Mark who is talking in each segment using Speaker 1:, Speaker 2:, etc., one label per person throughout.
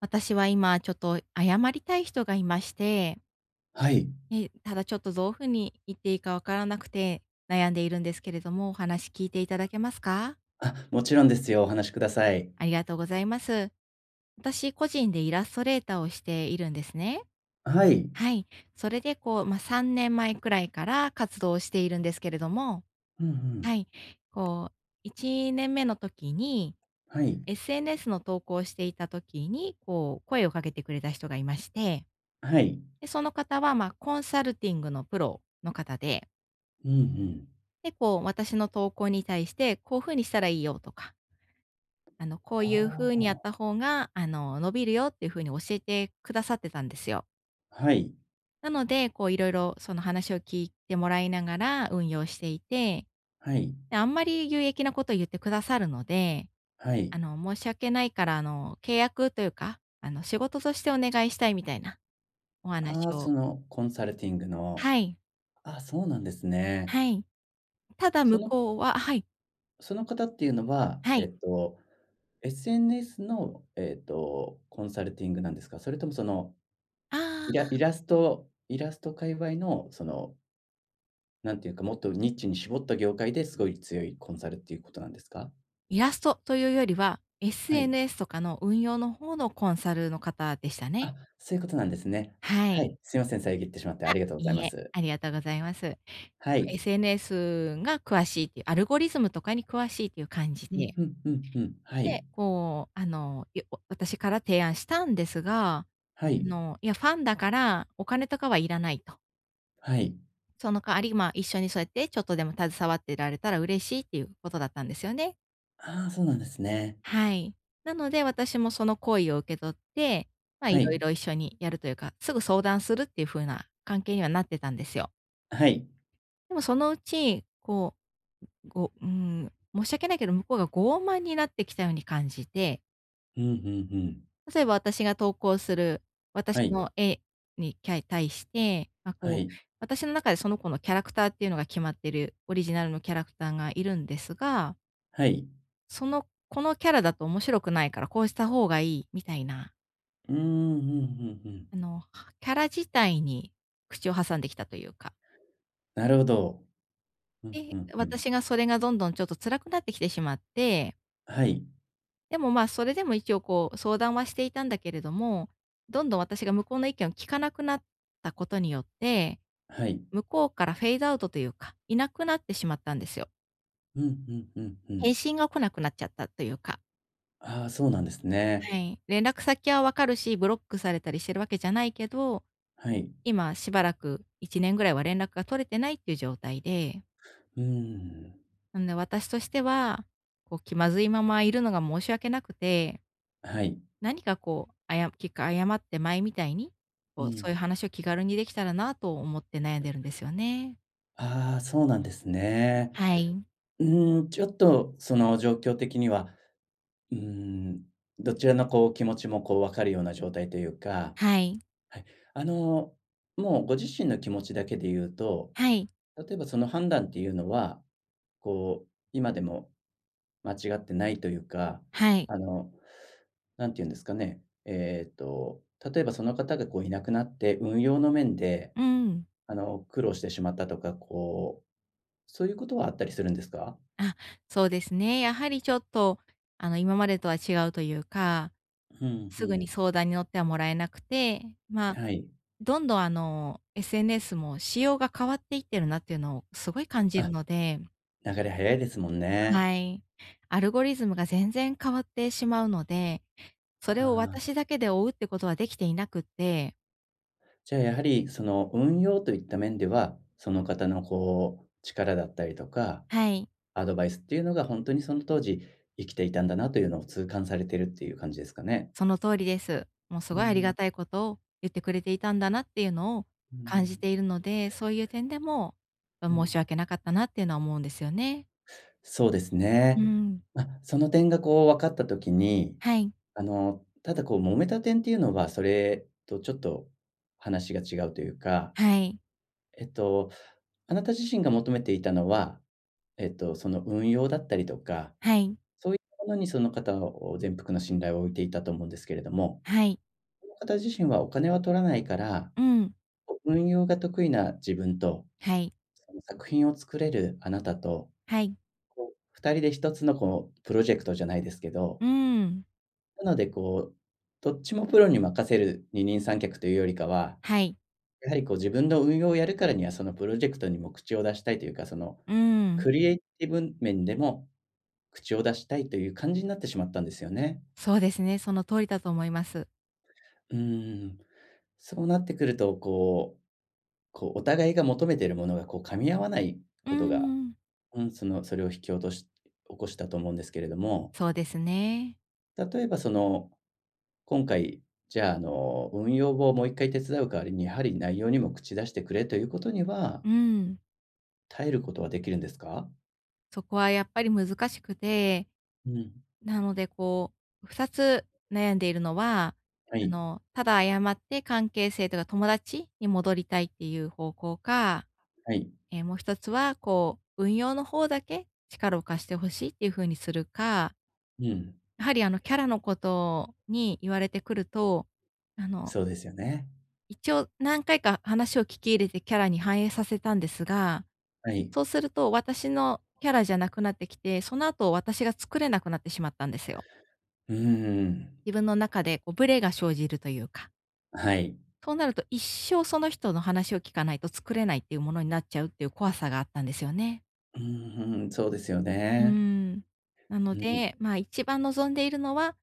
Speaker 1: 私は今ちょっと謝りたい人がいまして、
Speaker 2: はい。
Speaker 1: ただちょっとどういうふうに言っていいかわからなくて悩んでいるんですけれども、お話聞いていただけますか？
Speaker 2: あ、もちろんですよ。お話しください。
Speaker 1: ありがとうございます。私個人でイラストレーターをしているんですね。
Speaker 2: はい。
Speaker 1: はい。それでこう、まあ、3年前くらいから活動をしているんですけれども、
Speaker 2: うんう
Speaker 1: は
Speaker 2: ん。
Speaker 1: い。こう、1年目の時に、
Speaker 2: はい。
Speaker 1: SNS の投稿をしていた時に、こう声をかけてくれた人がいまして、
Speaker 2: はい。
Speaker 1: で、その方は、まあ、コンサルティングのプロの方で、
Speaker 2: うんうん。
Speaker 1: で、こう、私の投稿に対して、こういうふうにしたらいいよとか、こう
Speaker 2: あ
Speaker 1: いうふうにや
Speaker 2: あ、
Speaker 1: った方が、伸びるよっていうふうに教えてくださってたんですよ。
Speaker 2: はい。
Speaker 1: なので、こう、いろいろその話を聞いてもらいながら運用していて、
Speaker 2: はい。
Speaker 1: で、あんまり有益なことを言ってくださるので、
Speaker 2: はい。
Speaker 1: 申し訳ないから、契約というか、仕事としてお願いしたいみたいなお
Speaker 2: あ
Speaker 1: 話
Speaker 2: あ、そ
Speaker 1: を。
Speaker 2: のコンサルティングの。
Speaker 1: はい、
Speaker 2: あ、そうなんですね。
Speaker 1: はい。ただ
Speaker 2: そ
Speaker 1: 向
Speaker 2: の
Speaker 1: こうは。はい、
Speaker 2: その方っていうのは、
Speaker 1: は
Speaker 2: え
Speaker 1: い。
Speaker 2: っと、SNS の、えっと、コンサルティングなんですか？それともその、
Speaker 1: あ
Speaker 2: イライ
Speaker 1: あ、
Speaker 2: ラストイラスト界隈のその、なんていうか、もっとニッチに絞った業界ですごい強いコンサルっていうことなんですか？
Speaker 1: イラストというよりは、
Speaker 2: はい。
Speaker 1: SNS とかの運用の方のコンサルの方でした
Speaker 2: あ、
Speaker 1: ね。
Speaker 2: そういうことなんですね。
Speaker 1: は
Speaker 2: は
Speaker 1: い。
Speaker 2: い、すいません、遮ってしまってあ
Speaker 1: あ、
Speaker 2: りがとうござい
Speaker 1: いい
Speaker 2: ま
Speaker 1: え、
Speaker 2: す。
Speaker 1: ありがとうございます。
Speaker 2: はい。
Speaker 1: SNS が詳しいっていう、アルゴリズムとかに詳しいっていう感じ
Speaker 2: うん
Speaker 1: で、
Speaker 2: うんうんうん。はい。
Speaker 1: で、こう、私から提案したんですが、
Speaker 2: はい。
Speaker 1: いや、ファンだからお金とかはいらないと。
Speaker 2: はい。
Speaker 1: その代わり、まあ、一緒にそうやってちょっとでも携わってられたら嬉しいっていうことだったんですよね。
Speaker 2: ああ、そうなんですね。
Speaker 1: はい。なので、私もその好意を受け取って、まあ、
Speaker 2: は
Speaker 1: いろ
Speaker 2: い。
Speaker 1: いろ一緒にやるというか、すぐ相談するっていう風な関係にはなってたんですよ。
Speaker 2: はい。
Speaker 1: でもそのうち、こう、ごうーん、申し訳ないけど、向こうが傲慢になってきたように感じて、
Speaker 2: うんうんうん。
Speaker 1: 例えば私が投稿する
Speaker 2: は
Speaker 1: 私
Speaker 2: い。
Speaker 1: の絵に対して、まあ、
Speaker 2: は
Speaker 1: こう、
Speaker 2: い。
Speaker 1: 私の中でその子のキャラクターっていうのが決まってる、オリジナルのキャラクターがいるんですが、
Speaker 2: はい。
Speaker 1: このキャラだと面白くないからこうした方がいいみたいな、
Speaker 2: うーん、うんうんうん。
Speaker 1: キャラ自体に口を挟んできたというか。
Speaker 2: なるほど。うんう
Speaker 1: で、
Speaker 2: んうん。
Speaker 1: 私がそれがどんどんちょっと辛くなってきてしまって、
Speaker 2: はい。
Speaker 1: でも、ま、それでも一応こう相談はしていたんだけれども、どんどん私が向こうの意見を聞かなくなったことによって、
Speaker 2: はい。
Speaker 1: 向こうからフェードアウトというか、いなくなってしまったんですよ。
Speaker 2: うんうんうんう
Speaker 1: 返
Speaker 2: ん。
Speaker 1: 信が来なくなっちゃったというか。
Speaker 2: ああ、そうなんですね。
Speaker 1: はい。連絡先はわかるし、ブロックされたりしてるわけじゃないけど、
Speaker 2: はい。
Speaker 1: 今しばらく1年ぐらいは連絡が取れてないっていう状態で、
Speaker 2: うーん。
Speaker 1: なので、私としては、こう気まずいままいるのが申し訳なくて、
Speaker 2: はい。
Speaker 1: 何かこう、結果謝って前みたいに、
Speaker 2: う
Speaker 1: こうそう
Speaker 2: ん。
Speaker 1: いう話を気軽にできたらなと思って悩んでるんですよね。
Speaker 2: ああ、そうなんですね。
Speaker 1: はい。
Speaker 2: うーん、ちょっとその状況的にはうーん、どちらのこう気持ちもこう分かるような状態というか、
Speaker 1: はい。
Speaker 2: はい。あの、もうご自身の気持ちだけで言うと、
Speaker 1: はい。
Speaker 2: 例えばその判断っていうのは、こう、今でも間違ってないというか、
Speaker 1: はい。
Speaker 2: あの、なんて言うんですかね、えっと、例えばその方がこういなくなって、運用の面で、
Speaker 1: うん。
Speaker 2: あの、苦労してしまったとか、こう、そういうことはあったりするんですか？
Speaker 1: あ、そうですね。やはりちょっと、今までとは違うというか、
Speaker 2: うん、う
Speaker 1: すぐに
Speaker 2: ん。
Speaker 1: 相談に乗ってはもらえなくて、まあ、
Speaker 2: はい。
Speaker 1: どんどんSNS も仕様が変わっていってるなっていうのをすごい感じる
Speaker 2: あ、
Speaker 1: ので。
Speaker 2: 流れ早いですもんね。
Speaker 1: はい。アルゴリズムが全然変わってしまうので、それを
Speaker 2: あ
Speaker 1: 私
Speaker 2: あ。
Speaker 1: だけで追うってことはできていなくって。
Speaker 2: じゃあ、やはりその運用といった面では、その方のこう力だったりとか、
Speaker 1: はい、
Speaker 2: アドバイスっていうのが本当にその当時生きていたんだなというのを痛感されてるっていう感じですかね？
Speaker 1: その通りです。もうす
Speaker 2: う
Speaker 1: ごいあり
Speaker 2: ん、
Speaker 1: がたいことを言ってくれていたんだなっていうのを
Speaker 2: う
Speaker 1: 感じ
Speaker 2: ん、
Speaker 1: ているので、そういう点でも、
Speaker 2: う
Speaker 1: 申
Speaker 2: ん。
Speaker 1: し訳なかったなっていうのは思うんですよね。
Speaker 2: そうです
Speaker 1: う
Speaker 2: ね。
Speaker 1: ん。
Speaker 2: ま、その点がこう分かった時に、
Speaker 1: はい、
Speaker 2: あの、ただこう揉めた点っていうのは、それとちょっと話が違うというか、
Speaker 1: はい、
Speaker 2: えっと、あなた自身が求めていたのは、えっと、その運用だったりとか
Speaker 1: はい、
Speaker 2: そういったものにその方を全幅の信頼を置いていたと思うんですけれども、
Speaker 1: はい、
Speaker 2: その方自身はお金は取らないから、
Speaker 1: うん、
Speaker 2: こう運用が得意な自分と、
Speaker 1: はい、
Speaker 2: その作品を作れるあなたと、
Speaker 1: はい、
Speaker 2: こう人で一つのこうプロジェクトじゃないですけど、
Speaker 1: うん、
Speaker 2: なのでこう、どっちもプロに任せる二人三脚というよりかは、
Speaker 1: はい、
Speaker 2: やはりこう自分の運用をやるからには、そのプロジェクトにも口を出したいというか、その
Speaker 1: うん。
Speaker 2: クリエイティブ面でも口を出したいという感じになってしまったんですよね。
Speaker 1: そうですね、その通りだと思います。
Speaker 2: うーん。そうなってくると、こう、お互いが求めているものが、こう、噛み合わない
Speaker 1: う
Speaker 2: ことが、
Speaker 1: ん、
Speaker 2: うん、その、それを引き起とし起こしたと思うんですけれども、
Speaker 1: そうですね。
Speaker 2: 例えば、その、今回、じゃあ、あの、運用をもう一回手伝う代わりに、やはり内容にも口出してくれということには、
Speaker 1: うん、
Speaker 2: 耐えることはできるんですか？
Speaker 1: そこはやっぱり難しくて、
Speaker 2: うん。
Speaker 1: なのでこう、2つ悩んでいるのは、
Speaker 2: はい、
Speaker 1: ただ謝って関係性とか友達に戻りたいっていう方向か、
Speaker 2: はい。
Speaker 1: もう1つはこう、運用の方だけ力を貸してほしいっていう風にするか、
Speaker 2: うん、
Speaker 1: やはりあのキャラのことに言われてくると、あの、
Speaker 2: そうですよね。
Speaker 1: 一応何回か話を聞き入れてキャラに反映させたんですが、
Speaker 2: はい。
Speaker 1: そうすると、私のキャラじゃなくなってきて、その後私が作れなくなってしまったんですよ。
Speaker 2: うーん。
Speaker 1: 自分の中でこうブレが生じるというか。
Speaker 2: はい。
Speaker 1: そうなると一生その人の話を聞かないと作れないっていうものになっちゃうっていう怖さがあったんですよね。
Speaker 2: うん、ん、そうですよ
Speaker 1: うー
Speaker 2: ね。
Speaker 1: ん。なの
Speaker 2: うん、
Speaker 1: で、まあ、一番望んでいるのは、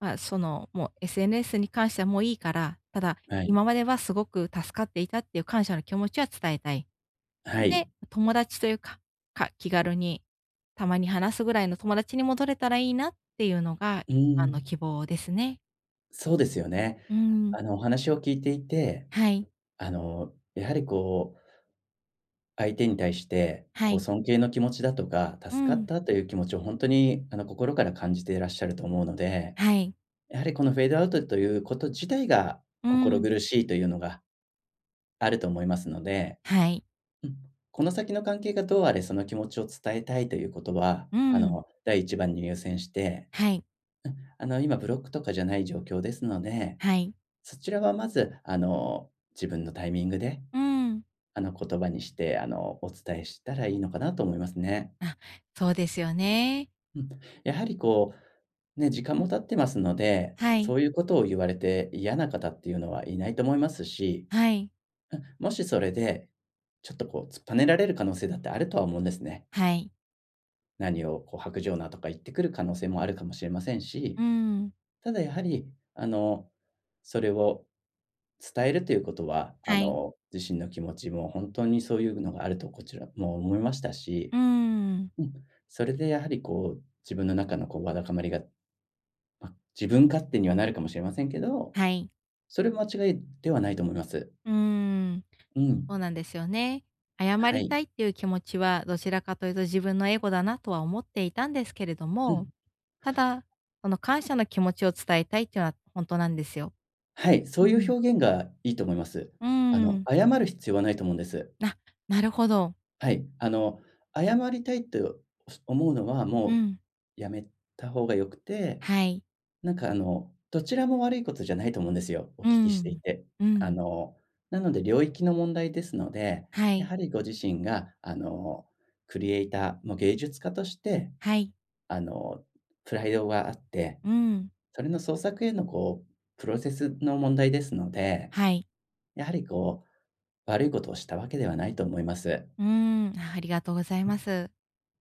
Speaker 1: まあ、その、もう SNS に関してはもういいから、ただ
Speaker 2: はい。
Speaker 1: 今まではすごく助かっていたっていう感謝の気持ちは伝えたい。
Speaker 2: はい。
Speaker 1: で、友達というか、気軽にたまに話すぐらいの友達に戻れたらいいなっていうのが
Speaker 2: う
Speaker 1: 一
Speaker 2: ー
Speaker 1: 番の希
Speaker 2: ん。
Speaker 1: 望ですね。
Speaker 2: そうですよね。
Speaker 1: うん、
Speaker 2: あの、お話を聞いていて、
Speaker 1: はい、
Speaker 2: あの、やはりこう、相手に対して、
Speaker 1: は
Speaker 2: こう、
Speaker 1: い、
Speaker 2: 尊敬の気持ちだとか、
Speaker 1: う
Speaker 2: 助かっ
Speaker 1: ん、
Speaker 2: たという気持ちをほんとに、あの、心から感じていらっしゃると思うので、
Speaker 1: はい、
Speaker 2: やはりこのフェードアウトということ自体が、
Speaker 1: う
Speaker 2: 心
Speaker 1: ん、
Speaker 2: 苦しいというのがあると思いますので、
Speaker 1: はい、
Speaker 2: うん、この先の関係がどうあれその気持ちを伝えたいということは、
Speaker 1: う
Speaker 2: あ
Speaker 1: ん、
Speaker 2: の、第一番に優先して、
Speaker 1: はい、
Speaker 2: うん、あの、今ブロックとかじゃない状況ですので、
Speaker 1: はい、
Speaker 2: そちらはまず、あの、自分のタイミングで、
Speaker 1: うん。
Speaker 2: あの、言葉にして、あの、お伝えしたらいいのかなと思いますね。
Speaker 1: あ、そうですよね。
Speaker 2: うん。やはりこう、ね、時間も経ってますので、
Speaker 1: は
Speaker 2: そ
Speaker 1: い、
Speaker 2: ういうことを言われて嫌な方っていうのはいないと思いますし、
Speaker 1: はい、
Speaker 2: うん、もしそれで、ちょっとこう突っぱねられる可能性だってあるとは思うんですね。
Speaker 1: はい、
Speaker 2: 何をこう薄情なとか言ってくる可能性もあるかもしれませんし
Speaker 1: うん、
Speaker 2: ただやはり、あの、それを伝えるということは、あ
Speaker 1: はい、
Speaker 2: の、自身の気持ちも本当にそういうのがあるとこちらも思いましたし、
Speaker 1: うん、
Speaker 2: うん、それでやはりこう、自分の中のこうわだかまりが、ま、自分勝手にはなるかもしれませんけど、
Speaker 1: はい、
Speaker 2: それ間違いではないと思います。
Speaker 1: うん。
Speaker 2: うん。
Speaker 1: そうなんですよね。謝
Speaker 2: は
Speaker 1: り
Speaker 2: い。
Speaker 1: たいっていう気持ちは、どちらかというと自分のエゴだなとは思っていたんですけれど
Speaker 2: う
Speaker 1: も、
Speaker 2: ん。
Speaker 1: ただ、その感謝の気持ちを伝えたいっていうのは本当なんですよ。
Speaker 2: はい、そ
Speaker 1: う
Speaker 2: ういう
Speaker 1: ん。
Speaker 2: 表現がいいと思います。
Speaker 1: うー
Speaker 2: あの、
Speaker 1: ん。
Speaker 2: 謝る必要はないと思うんです。
Speaker 1: あ、なるほど。
Speaker 2: はい、あの、謝りたいと思うのは、
Speaker 1: う
Speaker 2: もう
Speaker 1: ん。
Speaker 2: やめた方が良くて、
Speaker 1: はい。
Speaker 2: なんかあの、どちらも悪いことじゃないと思うんですよ、お聞
Speaker 1: う
Speaker 2: きしてい
Speaker 1: ん。
Speaker 2: て。
Speaker 1: う
Speaker 2: あ
Speaker 1: ん。
Speaker 2: の、なので領域の問題ですので、
Speaker 1: は
Speaker 2: や
Speaker 1: い。
Speaker 2: はりご自身が、あの、クリエイター、もう芸術家として、
Speaker 1: はい。
Speaker 2: あの、プライドがあって、
Speaker 1: うん。
Speaker 2: それの創作へのこう、プロセスの問題ですので、
Speaker 1: はい。
Speaker 2: やはりこう、悪いことをしたわけではないと思います。
Speaker 1: うーん。あ、ありがとうございます。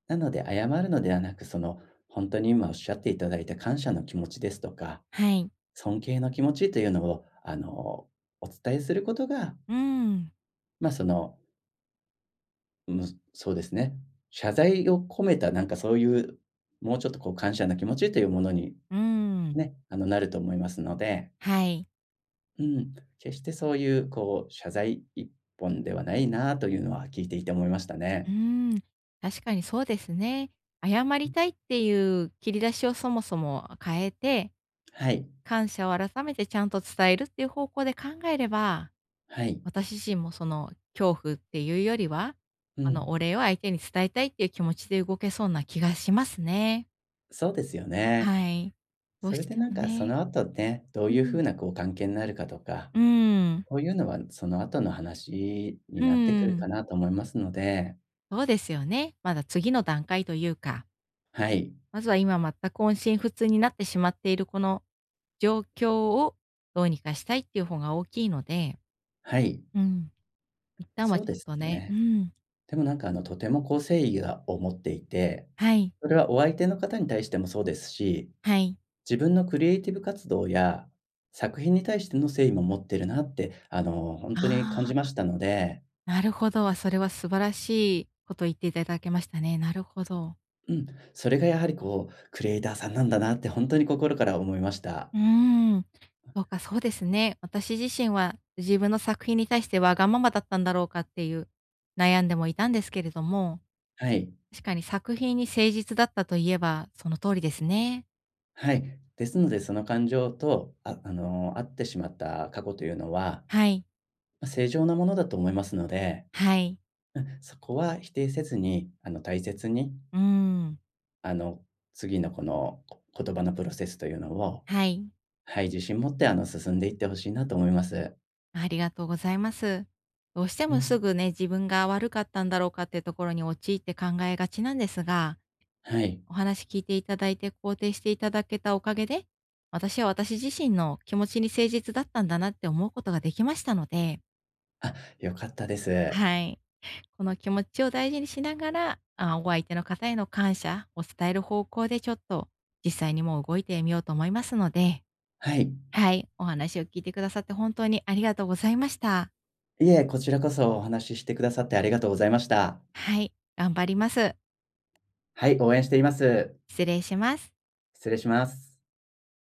Speaker 2: なので、謝るのではなく、その、本当に今おっしゃっていただいた感謝の気持ちですとか、
Speaker 1: はい。
Speaker 2: 尊敬の気持ちというのを、あの、お伝えすることが、
Speaker 1: うん。
Speaker 2: まあ、その、うん、そうですね、謝罪を込めた、なんかそういう、もうちょっとこう感謝の気持ちというものに、
Speaker 1: うん。
Speaker 2: ね、あの、なると思いますので、
Speaker 1: はい。
Speaker 2: うん、決してそういうこう、謝罪一本ではないなというのは聞いていて思いました
Speaker 1: う
Speaker 2: ね。
Speaker 1: ーん、確かにそうですね。謝りたいっていう切り出しをそもそも変えて、
Speaker 2: はい、
Speaker 1: 感謝を改めてちゃんと伝えるっていう方向で考えれば、
Speaker 2: はい。
Speaker 1: 私自身もその恐怖っていうよりは、
Speaker 2: うん、
Speaker 1: お礼を相手に伝えたいっていう気持ちで動けそうな気がしますね。
Speaker 2: そうですよね。
Speaker 1: はい。ど
Speaker 2: そ
Speaker 1: う
Speaker 2: れ
Speaker 1: し
Speaker 2: で
Speaker 1: て
Speaker 2: なん
Speaker 1: も
Speaker 2: か、そ
Speaker 1: ね。
Speaker 2: の後ね、どう
Speaker 1: う
Speaker 2: いう
Speaker 1: ん。
Speaker 2: 風なこう関係になるかとか、
Speaker 1: うーん。
Speaker 2: そういうのはその後の話に
Speaker 1: う
Speaker 2: なってく
Speaker 1: ー
Speaker 2: るか
Speaker 1: ん。
Speaker 2: なと思いますので、
Speaker 1: そうですよね。まだ次の段階というか。
Speaker 2: はい、
Speaker 1: まずは今全く音信不通になってしまっているこの状況をどうにかしたいっていう方が大きいので、
Speaker 2: はい、
Speaker 1: うん、一旦は
Speaker 2: そう
Speaker 1: ちょ
Speaker 2: で
Speaker 1: っ
Speaker 2: す
Speaker 1: とね。う
Speaker 2: ね。
Speaker 1: ん、
Speaker 2: でもなんかあの、とてもこう誠意がを持っていて、
Speaker 1: はい、
Speaker 2: それはお相手の方に対してもそうですし、
Speaker 1: はい。
Speaker 2: 自分のクリエイティブ活動や作品に対しての誠意も持ってるなって、あの、本当に
Speaker 1: あ
Speaker 2: 感じま
Speaker 1: あ、
Speaker 2: したので、
Speaker 1: なるほど、あ、それは素晴らしいこと言っていただけましたね。なるほど。
Speaker 2: うん、それがやはりこうクリエイターさんなんだなって本当に心から思いました。
Speaker 1: うーん。そうか、そうですね。私自身は自分の作品に対してわがままだったんだろうかっていう悩んでもいたんですけれども、
Speaker 2: はい。
Speaker 1: 確かに作品に誠実だったといえばその通りですね。
Speaker 2: はい。ですので、その感情と、会ってしまった過去というのは、
Speaker 1: はい、
Speaker 2: ま、正常なものだと思いますので、
Speaker 1: はい。
Speaker 2: うん、そこは否定せずに、あの、大切に、
Speaker 1: うーん、
Speaker 2: あの、次のこの、言葉のプロセスというのを、
Speaker 1: はい。
Speaker 2: はい、自信持って、あの、進んでいって欲しいなと思います。
Speaker 1: ありがとうございます。どうして
Speaker 2: う
Speaker 1: もす
Speaker 2: ん、
Speaker 1: ぐね、自分が悪かったんだろうかっていうところに陥って考えがちなんですが、
Speaker 2: はい。
Speaker 1: お話聞いていただいて肯定していただけたおかげで、私は私自身の気持ちに誠実だったんだなって思うことができましたので、
Speaker 2: あ、良かったです。
Speaker 1: はい。この気持ちを大事にしながら、あ、お相手の方への感謝を伝える方向でちょっと実際にもう動いてみようと思いますので、
Speaker 2: はい。
Speaker 1: はい。お話を聞いてくださって本当にありがとうございました。
Speaker 2: いえ、こちらこそお話ししてくださってありがとうございました。
Speaker 1: はい、頑張ります。
Speaker 2: はい、応援しています。
Speaker 1: 失礼します。
Speaker 2: 失礼します。